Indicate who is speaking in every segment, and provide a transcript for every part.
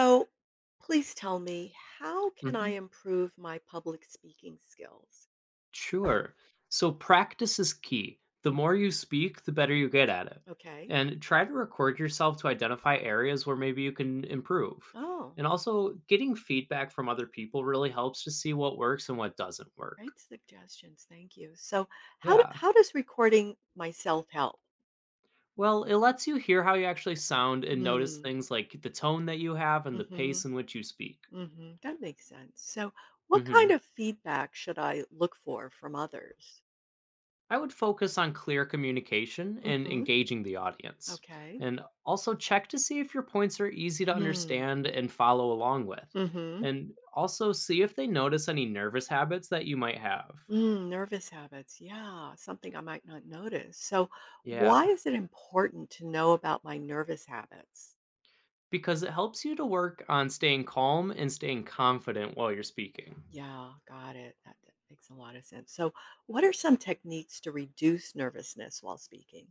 Speaker 1: So, please tell me, how can I
Speaker 2: Mhm.
Speaker 1: improve my public speaking skills?
Speaker 2: Sure. So practice is key. The more you
Speaker 1: Mhm.
Speaker 2: speak, the better you get at it.
Speaker 1: Okay.
Speaker 2: And try to record yourself to identify areas where maybe you can improve.
Speaker 1: Oh,
Speaker 2: And also, getting feedback from other people really helps to see what works and what doesn't work.
Speaker 1: great suggestions. Thank you. So, how do,
Speaker 2: Yeah.
Speaker 1: how does recording myself help?
Speaker 2: Well, it lets you hear how you actually sound and notice
Speaker 1: Mm.
Speaker 2: things like the tone that you have and the pace
Speaker 1: Mhm.
Speaker 2: in which you speak.
Speaker 1: Mhm. That makes sense. So, what kind
Speaker 2: Mhm.
Speaker 1: of feedback should I look for from others?
Speaker 2: I would focus on clear communication and
Speaker 1: Mhm.
Speaker 2: engaging the audience.
Speaker 1: Okay.
Speaker 2: And also check to see if your points are easy to
Speaker 1: Mm.
Speaker 2: understand and follow along with.
Speaker 1: Mhm.
Speaker 2: And also see if they notice any nervous habits that you might have.
Speaker 1: Mm, nervous habits. Yeah, something I might not notice. So, why
Speaker 2: Yeah,
Speaker 1: is it important to know about my nervous habits?
Speaker 2: because it helps you to work on staying calm and staying confident while you're speaking.
Speaker 1: Yeah, got it. That makes a lot of sense. So, what are some techniques to reduce nervousness while speaking?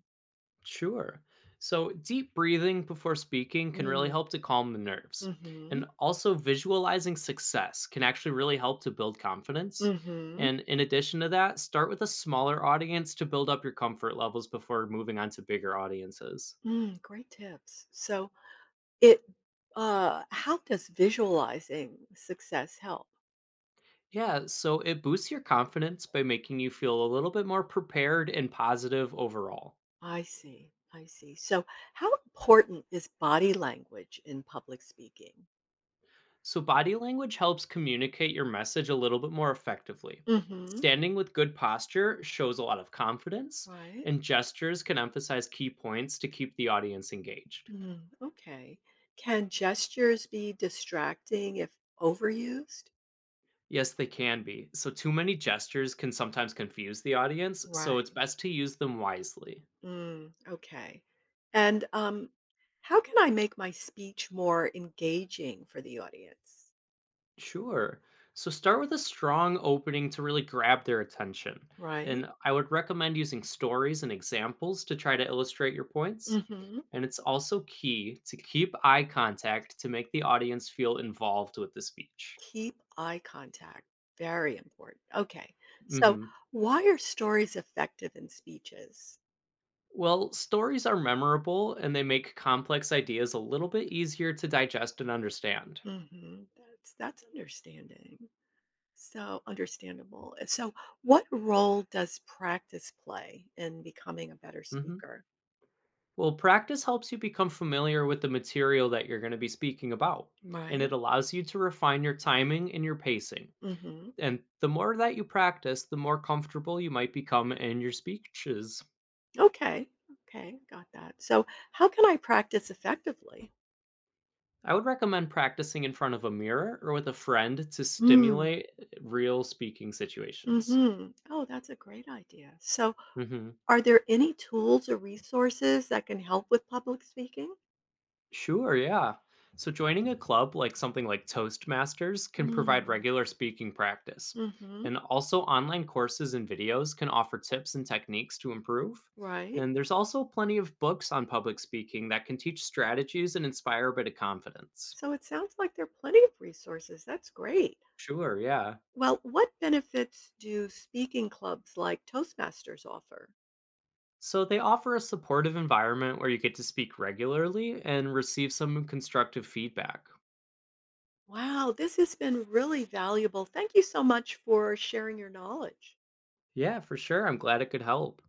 Speaker 2: Sure. So, deep breathing before speaking can really
Speaker 1: Mm.
Speaker 2: help to calm the nerves. And
Speaker 1: Hmm.
Speaker 2: also, visualizing success can actually really help to build confidence.
Speaker 1: Hmm.
Speaker 2: And in addition to that, start with a smaller audience to build up your comfort levels before moving on to bigger audiences.
Speaker 1: Mm, great tips. So, it how does visualizing success help?
Speaker 2: Yeah, so it boosts your confidence by making you feel a little bit more prepared and positive overall.
Speaker 1: I see. I see. So, how important is body language in public speaking?
Speaker 2: So, body language helps communicate your message a little bit more effectively.
Speaker 1: Hmm.
Speaker 2: Standing with good posture shows a lot of confidence,
Speaker 1: Right.
Speaker 2: and gestures can emphasize key points to keep the audience engaged.
Speaker 1: Mm, okay. Can gestures be distracting if overused?
Speaker 2: Yes, they can be. So, too many gestures can sometimes confuse the audience, so it's
Speaker 1: Right.
Speaker 2: best to use them wisely.
Speaker 1: Mm, okay. And how can I make my speech more engaging for the audience?
Speaker 2: Sure. So start with a strong opening to really grab their attention.
Speaker 1: Right.
Speaker 2: And I would recommend using stories and examples to try to illustrate your points.
Speaker 1: Hmm.
Speaker 2: And it's also key to keep eye contact to make the audience feel involved with the speech.
Speaker 1: Keep eye contact. Very important. Okay. So,
Speaker 2: Hmm.
Speaker 1: why are stories effective in speeches?
Speaker 2: Well, stories are memorable and they make complex ideas a little bit easier to digest and understand.
Speaker 1: Hmm. That's understanding. So understandable. So, what role does practice play in becoming a better
Speaker 2: Hmm.
Speaker 1: speaker?
Speaker 2: Well, practice helps you become familiar with the material that you're going to be speaking about,
Speaker 1: Right.
Speaker 2: and it allows you to refine your timing and your pacing.
Speaker 1: Hmm.
Speaker 2: And the more that you practice, the more comfortable you might become in your speeches.
Speaker 1: Okay. Okay. Got that. So, how can I practice effectively?
Speaker 2: I would recommend practicing in front of a mirror or with a friend to stimulate real speaking situations.
Speaker 1: Mm-hmm. Oh, that's a great idea. So,
Speaker 2: Mhm.
Speaker 1: are there any tools or resources that can help with public speaking?
Speaker 2: Sure, yeah. So joining a club like something like Toastmasters can provide regular speaking practice.
Speaker 1: Mm-hmm.
Speaker 2: And also online courses and videos can offer tips and techniques to improve.
Speaker 1: Right.
Speaker 2: And there's also plenty of books on public speaking that can teach strategies and inspire a bit of confidence.
Speaker 1: So, it sounds like there are plenty of resources. That's great.
Speaker 2: Sure, yeah.
Speaker 1: Well, what benefits do speaking clubs like Toastmasters offer?
Speaker 2: So they offer a supportive environment where you get to speak regularly and receive some constructive feedback.
Speaker 1: Wow, this has been really valuable. Thank you so much for sharing your knowledge.
Speaker 2: Yeah, for sure. I'm glad it could help.